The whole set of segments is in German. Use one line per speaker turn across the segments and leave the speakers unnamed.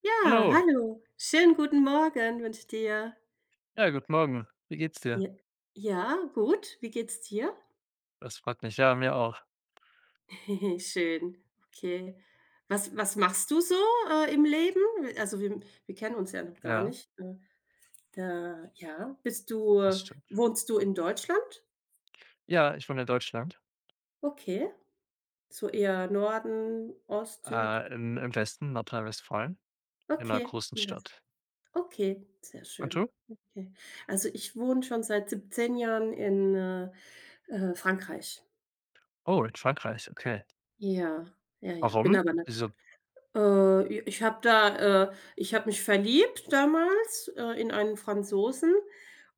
Ja,
Hallo.
hallo. Schönen guten Morgen wünsche ich dir.
Ja, guten Morgen. Wie geht's dir?
Ja. Ja, gut. Wie geht's dir?
Das freut mich. Ja, mir auch.
Schön. Okay. Was machst du so, im Leben? Also, wir kennen uns ja noch gar
Ja,
nicht. Da, ja, bist du
das stimmt.
wohnst du in Deutschland?
Ja, ich wohne in Deutschland,
Okay. So eher Norden, Ost, Süd?
im Westen, Nordrhein-Westfalen, in einer
Okay.
großen
Das
Stadt.
Okay, sehr
Und
schön.
du?
Okay. Also, ich wohne schon seit 17 Jahren in Frankreich.
Oh, in Frankreich, okay.
Ja, ja, ja, bin
Warum?
aber nicht.
Wieso?
äh, ja, ich habe mich verliebt damals, in einen Franzosen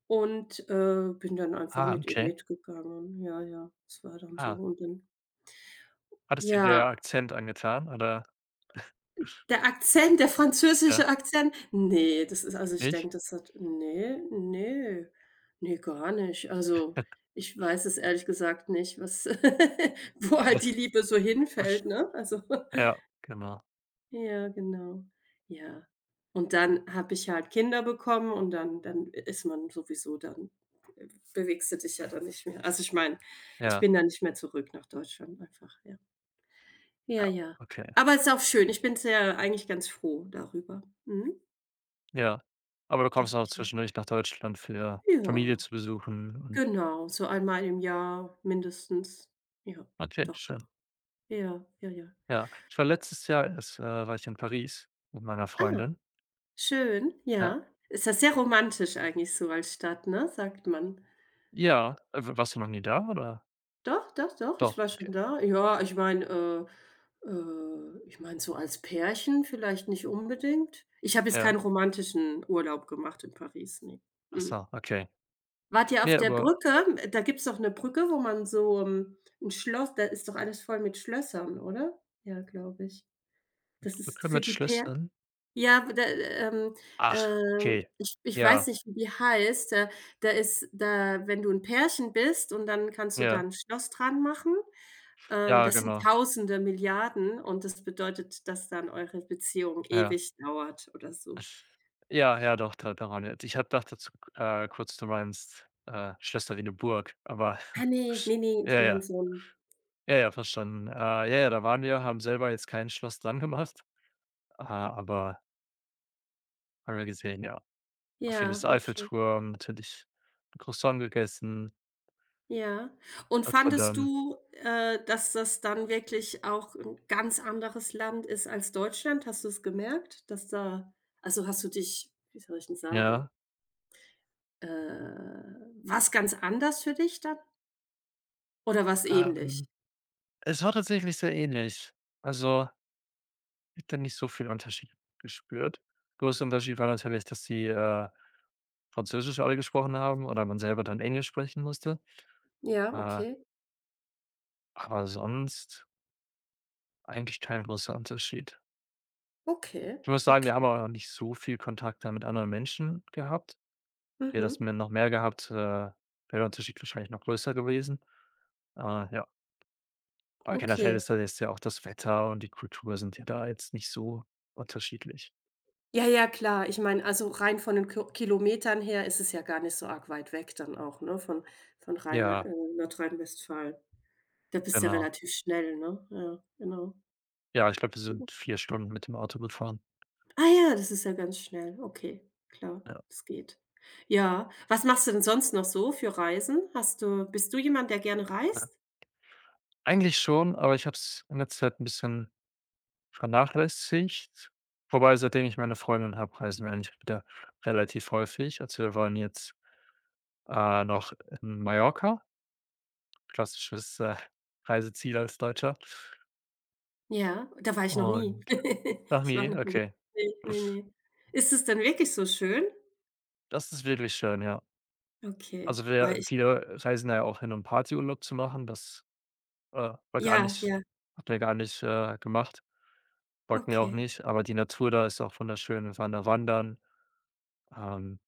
und, bin dann einfach
Ah,
mit ihm
okay.
mitgegangen. Ja, ja, es war dann so
Ah,
und dann
hat es dir der
ja,
Akzent angetan oder
der Akzent, der
ja,
französische Akzent, ne, das ist, also, ich
nicht?
denke, das hat, ne, ne, ne, gar nicht. Also, ich weiß es ehrlich gesagt nicht, was wo halt die Liebe so hinfällt, ne? Also,
Ja, genau.
ja, genau. Ja. Und dann habe ich halt Kinder bekommen und dann ist man sowieso dann, äh, bewegst du dich ja dann nicht mehr. Also, ich meine, ich
Ja,
bin da nicht mehr zurück nach Deutschland einfach, ja.
ja,
Ja, ja.
okay,
Aber es ist auch schön. Ich bin sehr, eigentlich ganz froh darüber,
ja. Aber du
dass
kommst auch
ich hier,
zwischendurch nach Deutschland, für Familie
ja,
zu besuchen und,
genau, so einmal im Jahr mindestens. Ja,
okay,
doch, doch.
schön.
Ja, ja, ja.
Ja, ich war letztes Jahr erst, war ich in Paris mit meiner
Ah,
Freundin.
schön,
Ja.
ja. Ist das sehr romantisch eigentlich so als Stadt, ne, sagt man.
Ja, w warst du noch nie da, oder?
Doch, doch, doch, ich
Doch,
war
okay.
schon da. Ja, ich meine, so als Pärchen vielleicht nicht unbedingt. Ich habe jetzt
Ja.
keinen romantischen Urlaub gemacht in Paris, ne.
Ach
Mhm.
so, okay.
Wart ihr auf
Ne,
der
aber
Brücke? Da gibt's doch eine Brücke, wo man so, 'n Schloss, da ist doch alles voll mit Schlössern, oder? Ja, glaube ich. Das ist
Brücke
für
mit
die
Schlössern?
Ja, da
Ach, okay.
ich weiß
Ja,
nicht, wie die heißt. Da ist da, wenn du ein Pärchen bist und dann kannst du da
ja,
'n Schloss dran machen. Äh,
ja,
das sind
genau.
Tausende, Milliarden und das bedeutet, dass dann eure Beziehung
Ja.
ewig dauert oder so.
Ja, ja, doch, da daran jetzt. Ich habe dachte zu kurz, du meinst, Schlösser wie 'ne Burg, aber
Ah, nee, nee, nee, ich
ja,
meine
ja,
so 'n,
ja, ja, verstanden. Ja, ja, da waren wir, haben selber jetzt kein Schloss dran gemacht, aber haben wir gesehen, ja. Auf jeden
ja, okay.
Eiffelturm, natürlich Croissant gegessen,
Ja. Und
Notre
fandest
Dame,
du, dass das dann wirklich auch ein ganz anderes Land ist als Deutschland? Hast du es gemerkt, dass da, also, hast du dich, wie soll ich denn sagen,
ja.
äh, war's ganz anders für dich dann oder war's ähnlich?
Ähm, Es war tatsächlich sehr ähnlich. Also, ich habe da nicht so viel Unterschied gespürt. Größter Unterschied war natürlich, dass sie, Französisch alle gesprochen haben oder man selber dann Englisch sprechen musste.
Ja,
Äh,
okay.
aber sonst eigentlich kein großer Unterschied.
Okay,
Ich muss sagen, wir haben
okay.
auch nicht so viel Kontakt da mit anderen Menschen gehabt. Hätte
Mhm,
das mir noch mehr gehabt, wäre der Unterschied wahrscheinlich noch größer gewesen. Äh, ja. Aber generell
okay.
ist da jetzt ja auch das Wetter und die Kultur sind ja da jetzt nicht so unterschiedlich.
Ja, ja, klar. Ich meine, also, rein von den Ki Kilometern her, ist es ja gar nicht so arg weit weg dann auch, ne, von Rheinland,
Ja,
Nordrhein-Westfalen. Da bist du ja
genau.
relativ schnell, ne? Ja, genau.
Ja, ich glaube, wir sind 4 Stunden mit dem Auto gefahren.
Ah, ja, das ist ja ganz schnell. Okay, klar,
Ja,
das geht. Ja, was machst du denn sonst noch so für Reisen? Hast du Bist du jemand, der gerne
ja.
reist?
Eigentlich schon, aber ich habe es in letzter Zeit ein bisschen vernachlässigt. Wobei, seitdem ich meine Freundin habe, reisen wir eigentlich wieder relativ häufig. Also, wir waren jetzt, noch in Mallorca, klassisches, Reiseziel als Deutscher.
Ja, da war ich noch nie.
Und ach
Ich war
ne,
noch nie.
okay.
Ne, ne, ne. Ist es denn wirklich so schön?
Das ist wirklich schön, ja.
Okay,
Also,
weil
wir
ich
viele reisen da ja auch hin, um Partyurlaub zu machen. Das, war gar
ja,
nicht
ja,
hatten wir gar nicht, gemacht. Wollten wir auch
okay,
nicht, aber die Natur da ist auch wunderschön. Wir waren da wandern, ähm,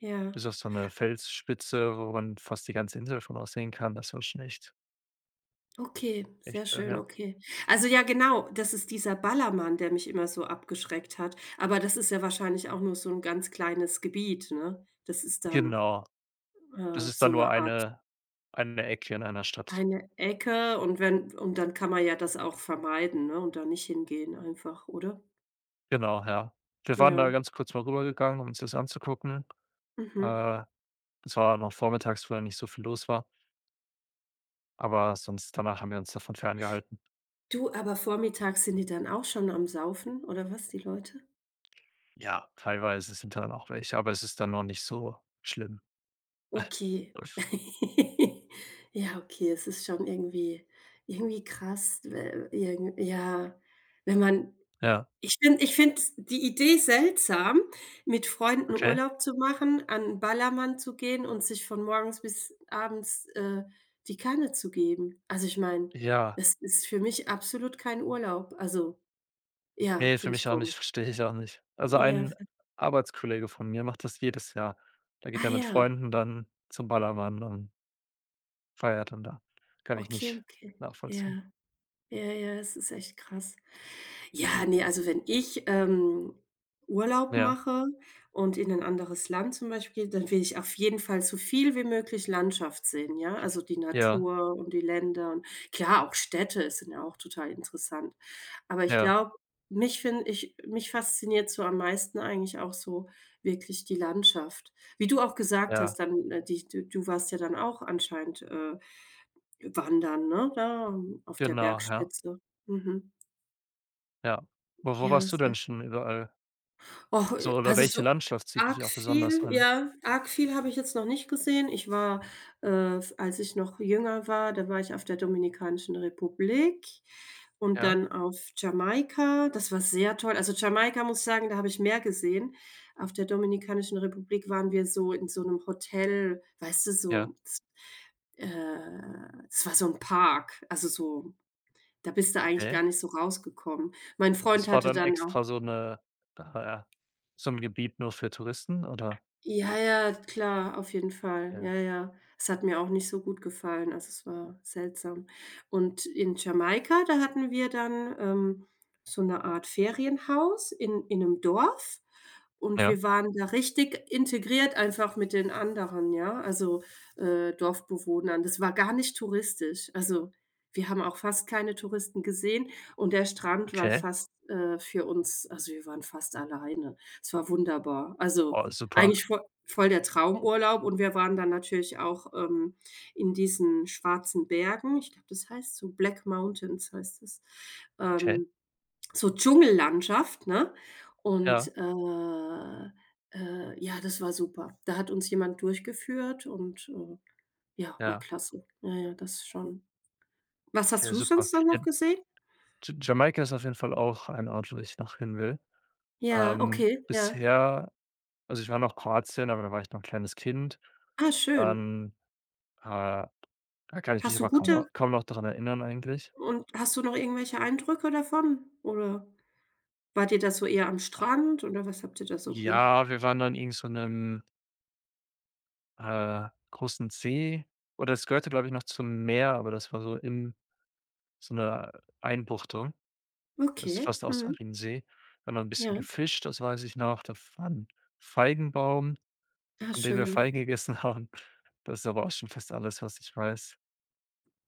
ja.
bis auf so eine Felsspitze, wo man fast die ganze Insel schon aussehen kann. Das war schon echt
Okay, sehr
schön,
schön,
ja.
okay. Also, ja, genau, das ist dieser Ballermann, der mich immer so abgeschreckt hat. Aber das ist ja wahrscheinlich auch nur so ein ganz kleines Gebiet, ne? Das ist dann
Genau. Das ist dann
So 'ne
nur
Art
eine Ecke in einer Stadt.
eine Ecke und wenn und dann kann man ja das auch vermeiden, ne, und da nicht hingehen einfach, oder?
Genau, ja. Wir waren da
Ja.
ganz kurz mal rübergegangen, um uns das anzugucken.
Mhm.
Äh, das war noch vormittags, wo da nicht so viel los war, aber sonst danach haben wir uns davon ferngehalten.
Du, aber vormittags sind die dann auch schon am Saufen oder was, die Leute?
Ja, teilweise sind da dann auch welche, aber es ist dann noch nicht so schlimm.
Okay. Ja, okay, es ist schon irgendwie krass, we irgend ja, wenn man.
Ja,
Ich finde die Idee seltsam, mit Freunden
okay.
Urlaub zu machen, an 'n Ballermann zu gehen und sich von morgens bis abends, die Kanne zu geben. Also, ich meine,
Ja,
das ist für mich absolut kein Urlaub. Also, ja,
ne, für
finde ich
mich auch
komisch.
nicht, verstehe ich auch nicht. Also,
Ja,
ein
ver
Arbeitskollege von mir macht das jedes Jahr. Da geht
ah,
er mit
ja,
Freunden dann zum Ballermann und feiert dann da. Kann ich
okay,
nicht
okay,
nachvollziehen.
ja. Ja, ja, es ist echt krass. Ja, ne, also, wenn ich, Urlaub
Ja,
mache und in ein anderes Land zum Beispiel gehe, dann will ich auf jeden Fall so viel wie möglich Landschaft sehen, ja? Also die
ja,
Natur und die Länder und klar, auch Städte sind ja auch total interessant, aber ich
ja,
glaube, mich finde ich, mich fasziniert so am meisten eigentlich auch so wirklich die Landschaft. Wie du auch gesagt
ja,
hast, dann, die du warst ja dann auch anscheinend, wandern, ne, da, auf der
genau, ja,
Bergspitze. Mhm.
ja. Wo
Ja, ja,
warst du denn schon überall?
och,
Also, oder
also,
welche Landschaft zieht dich auch besonders an?
arg viel habe ich jetzt noch nicht gesehen. Ich war, f Als ich noch jünger war, da war ich auf der Dominikanischen Republik und
Ja,
dann auf Jamaika. Das war sehr toll. Also, Jamaika muss ich sagen, da habe ich mehr gesehen. Auf der Dominikanischen Republik waren wir so in so 'nem Hotel, weißt du,
ja,
so z äh, es war so 'n Park, also, so da bist du
ja,
eigentlich
ja.
gar nicht so rausgekommen. Mein Freund
Das war
hatte
dann
dann auch.
extra äh, so 'n Gebiet nur für Touristen, oder?
Ja, ja, klar, auf jeden Fall.
Ja.
Ja, ja. Es hat mir auch nicht so gut gefallen, also, es war seltsam. Und in Jamaika, da hatten wir dann, so eine Art Ferienhaus in einem Dorf und
Ja.
wir waren da richtig integriert einfach mit den anderen, ja, also, Dorfbewohnern. Das war gar nicht touristisch. Also, wir haben auch fast keine Touristen gesehen und der Strand war
Okay.
fast, für uns, also, wir waren fast alleine. Es war wunderbar. Also
Oh, super.
eigentlich vo voll der Traumurlaub und wir waren dann natürlich auch, in diesen schwarzen Bergen. Ich glaube, das heißt so Black Mountains, heißt es.
Okay.
Ähm, so Dschungellandschaft, ne?
Ja,
Und, ja, das war super. Da hat uns jemand durchgeführt und, ja, war
ja.
klasse. Ja, ja, das schon. Was hast
Okay,
du
super.
sonst dann
Ja,
noch gesehen?
J Jamaika ist auf jeden Fall auch ein Ort, wo ich noch hin will.
Ja, okay, ja.
Bisher, also, ich war noch Kroatien, aber da war ich noch 'n kleines Kind.
Ah, schön.
Dann, äh da kann ich mich
Hast du
aber
gute
kaum noch dran erinnern eigentlich.
und hast du noch irgendwelche Eindrücke davon, oder? Wart ihr da so eher am Strand oder was habt ihr da so gemacht?
Ja, wir waren dann irgend so 'nem, großen See, oder es gehörte, glaube ich, noch zum Meer, aber das war so im so eine Einbuchtung. Das ist
Okay,
fast aus
mhm,
Salinsee. Wir haben da 'n bisschen
ja.
gefischt, das weiß ich noch. Da war 'n Feigenbaum,
Ah,
von dem wir
schön.
Feigen gegessen haben. Das ist aber auch schon fast alles, was ich weiß.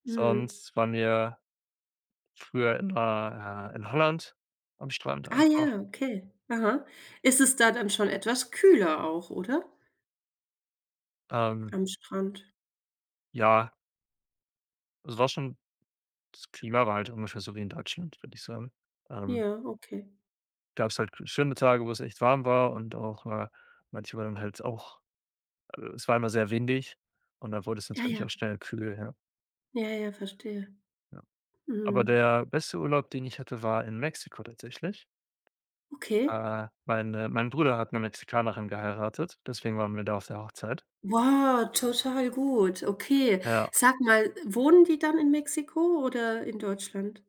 Mhm.
Sonst waren wir früher immer, in Holland am Strand
Ah,
einfach.
ja, okay. Aha. Ist es da dann schon etwas kühler auch, oder?
Ähm,
Am Strand.
ja, es war schon das Klima war halt ungefähr so wie in Deutschland, würde ich sagen. Ähm,
Ja, okay.
Gab es halt schöne Tage, wo es echt warm war, und auch, manchmal dann halt auch, es war immer sehr windig und dann wurde es
Ja, ja.
natürlich auch schnell kühl, ja.
Ja, ja, verstehe.
Ja. Aber
Mhm.
der beste Urlaub, den ich hatte, war in Mexiko tatsächlich.
Okay.
Mein Bruder hat 'ne Mexikanerin geheiratet, deswegen waren wir da auf der Hochzeit.
Wow, total gut. Okay.
Ja,
Sag mal, wohnen die dann in Mexiko oder in Deutschland?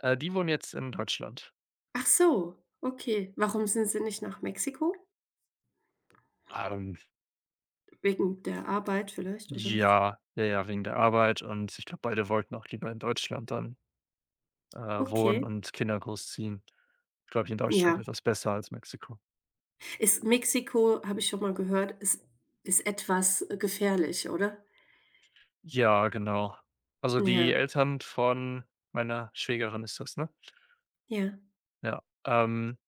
die wohnen jetzt in Deutschland.
Ach so, okay. Warum sind sie nicht nach Mexiko?
Ähm,
Wegen der Arbeit vielleicht oder was?
ja, ja, ja, wegen der Arbeit, und ich glaube, beide wollten auch lieber in Deutschland dann, äh, wohnen
Okay,
und Kinder großziehen. Ich glaube, in Deutschland
ja.
etwas besser als Mexiko.
Ist Mexiko, habe ich schon mal gehört, ist etwas gefährlich, oder?
Ja, genau. Also, die
Ja,
Eltern von meiner Schwägerin ist das, ne?
ja,
Ja,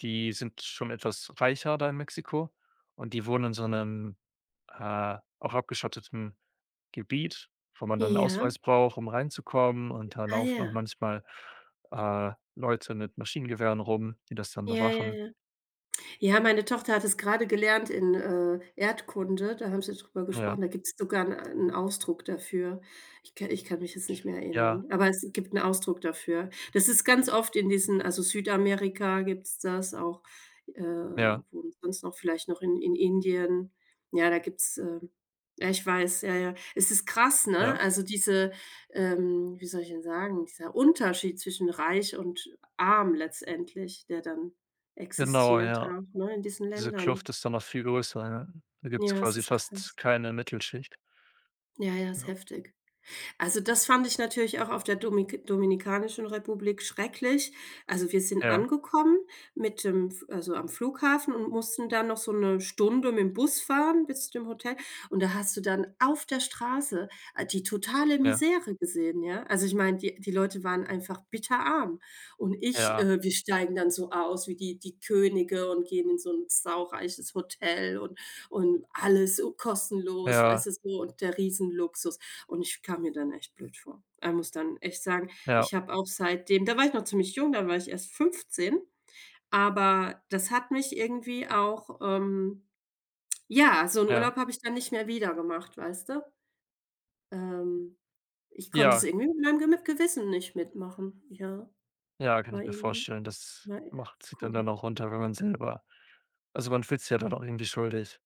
die sind schon etwas reicher da in Mexiko, und die wohnen in so 'nem, auch abgeschotteten Gebiet, wo man dann 'n
ja.
Ausweis braucht, um reinzukommen, und da
Ah,
laufen auch
ja,
manchmal, Leute mit Maschinengewehren rum, die das dann
ja, ja,
bewachen.
ja. Ja, meine Tochter hat es gerade gelernt in, Erdkunde, da haben sie drüber
Ja,
gesprochen. Da gibt es sogar 'n a Ausdruck dafür. Ich kann mich jetzt nicht mehr
ja,
erinnern, aber es gibt 'n Ausdruck dafür. Das ist ganz oft in diesen also, Südamerika gibt's das auch, äh,
ja,
wo sonst noch, vielleicht noch in Indien. Ja, da gibt's, ja, ich weiß, ja, ja. Es ist krass, ne?
ja,
Also, wie soll ich denn sagen, dieser Unterschied zwischen reich und arm letztendlich, der dann
genau,
existiert
ja.
auch, ne, in diesen
Diese
Ländern.
Kluft ist dann noch viel größer, ja. Da gibt's
Ja, es
quasi
ist
fast
krass.
keine Mittelschicht.
Ja, ja, ist
Ja,
heftig. Also, das fand ich natürlich auch auf der Domik Dominikanischen Republik schrecklich. Also, wir sind
ja,
angekommen mit dem F also, am Flughafen und mussten dann noch so eine Stunde mit dem Bus fahren bis zu dem Hotel. Und da hast du dann auf der Straße, die totale
ja,
Misere gesehen, ja? Also, ich meine, die Leute waren einfach bitterarm. Und ich
ja,
Wir steigen dann so aus wie die Könige und gehen in so ein saureiches Hotel und alles kostenlos, weißt
ja,
du, so, und der Riesenluxus. Und ich kam mir dann echt blöd vor. Ich muss dann echt sagen,
ja,
ich habe auch seitdem, da war ich noch ziemlich jung, da war ich erst 15, aber das hat mich irgendwie auch, ja, so 'n
ja,
Urlaub habe ich dann nicht mehr wieder gemacht, weißt du? Ähm, Ich konnte es
ja.
irgendwie mit meinem Gemi Gewissen nicht mitmachen. Ja,
Ja, kann
war
ich mir
irgendwie,
vorstellen. Das
war,
macht sich dann
komisch.
auch runter, wenn man selber, also, man fühlt sich ja dann auch irgendwie schuldig,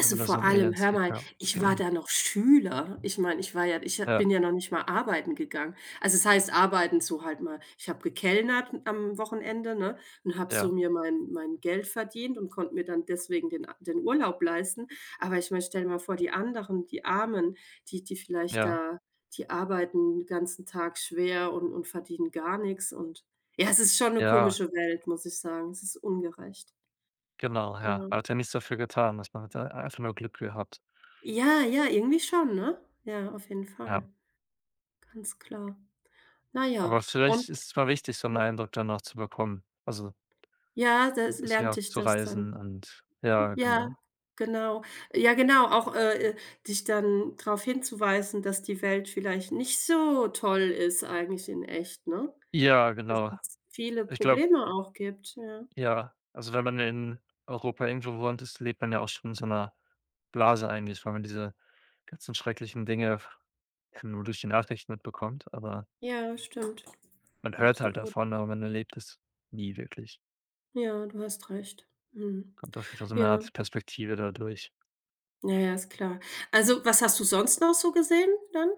wenn man da so
vor
'n
allem,
Elend
hör
sieht,
mal,
ja.
ich war da noch Schüler. Ich meine, ich war ja, ich ha
Ja,
bin ja noch nicht mal arbeiten gegangen. Also, es heißt arbeiten so, halt mal, ich habe gekellnert am Wochenende, ne, und habe so
ja,
mir mein Geld verdient und konnte mir dann deswegen den Urlaub leisten. Aber ich meine, stell dir mal vor, die anderen, die Armen, die vielleicht
ja,
da, die arbeiten den ganzen Tag schwer und verdienen gar nichts. Und ja, es ist schon eine
ja,
komische Welt, muss ich sagen. Es ist ungerecht.
genau, ja.
Ja.
Man hat ja nichts dafür getan, dass man hat ja einfach nur Glück gehabt,
Ja, ja, irgendwie schon, ne? Ja, auf jeden
ja.
Fall. Ganz klar. Na
Aber
ja, und
vielleicht ist's mal wichtig, so 'n Eindruck danach zu bekommen. Also,
ja, das
ist ja auch
lernte ich
zu
das dann.
reisen und, ja,
Ja,
genau.
genau. Ja, genau, auch, dich dann darauf hinzuweisen, dass die Welt vielleicht nicht so toll ist eigentlich in echt, ne?
Ja,
Dass
genau.
es viele
Ich glaube
Probleme auch gibt, ja.
Ja, also wenn man in Europa irgendwo wohnt ist, lebt man ja auch schon in so einer Blase eigentlich, weil man diese ganzen schrecklichen Dinge f ja, nur durch die Nachrichten mitbekommt, aber
Ja, stimmt.
man hört halt
Absolut.
davon, aber man erlebt es nie wirklich.
Ja, du hast recht. Mhm.
Kommt auf jeden Fall so eine
Ja.
Art Perspektive dadurch.
Ja, ja, ist klar. Also, was hast du sonst noch so gesehen dann?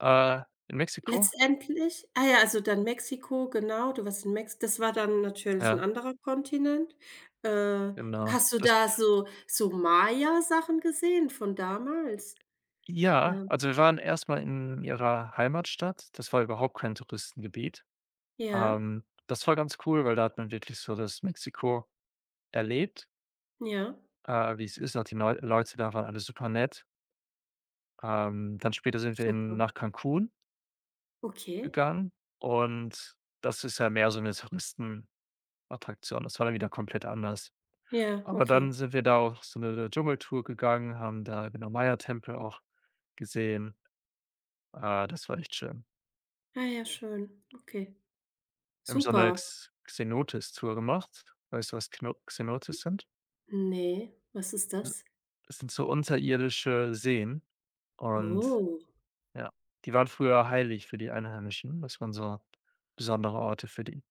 Äh, in Mexiko?
Letztendlich, ah, ja, also dann Mexiko, genau, du warst in Mex das war dann natürlich 'n
Ja,
anderer Kontinent. Äh,
genau.
hast du
Das
da so Maya-Sachen gesehen von damals?
Ja,
Ähm,
also wir waren erstmal in ihrer Heimatstadt. Das war überhaupt kein Touristengebiet.
ja,
Das war ganz cool, weil da hat man wirklich so das Mexiko erlebt.
ja,
Wie es ist, auch die Neu Leute da waren alle super nett. Dann später sind wir in
super.
nach Cancun
Okay.
gegangen, und das ist ja mehr so eine Touristenattraktion. Das war dann wieder komplett anders.
Ja,
Aber dann
okay.
sind wir da auch so eine Dschungeltour gegangen, haben da genau Maya-Tempel auch gesehen. Das war echt schön.
Ah, ja, schön. Okay.
Wir haben so eine
Super.
X Cenotes-Tour gemacht. Weißt du, was Cenotes sind?
Ne, was ist das?
Das sind so unterirdische Seen und
Oh.
ja. Die waren früher heilig für die Einheimischen. Das waren so besondere Orte für die.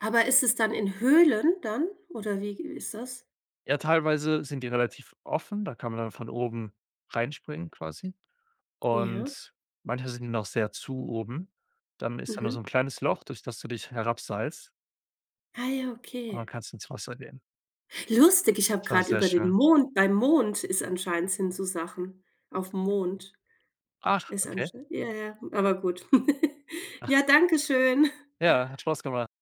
Aber ist es dann in Höhlen dann oder wie ist das?
Ja, teilweise sind die relativ offen, da kann man dann von oben reinspringen quasi.
Ja.
Und manche sind noch sehr zu oben. Dann ist da nur so
Mhm.
ein kleines Loch, durch das du dich herabseilst
Ah, ja,
und dann
okay.
kannst du ins Wasser gehen.
Lustig, ich habe
Das war
gerade
sehr
über den
schön.
Mond, beim Mond ist anscheinend, sind so Sachen. Auf'm Mond
Ach,
ist
okay.
anscheinend, ja, ja, aber gut.
Ach,
Ja, danke schön.
ja, hat Spaß gemacht.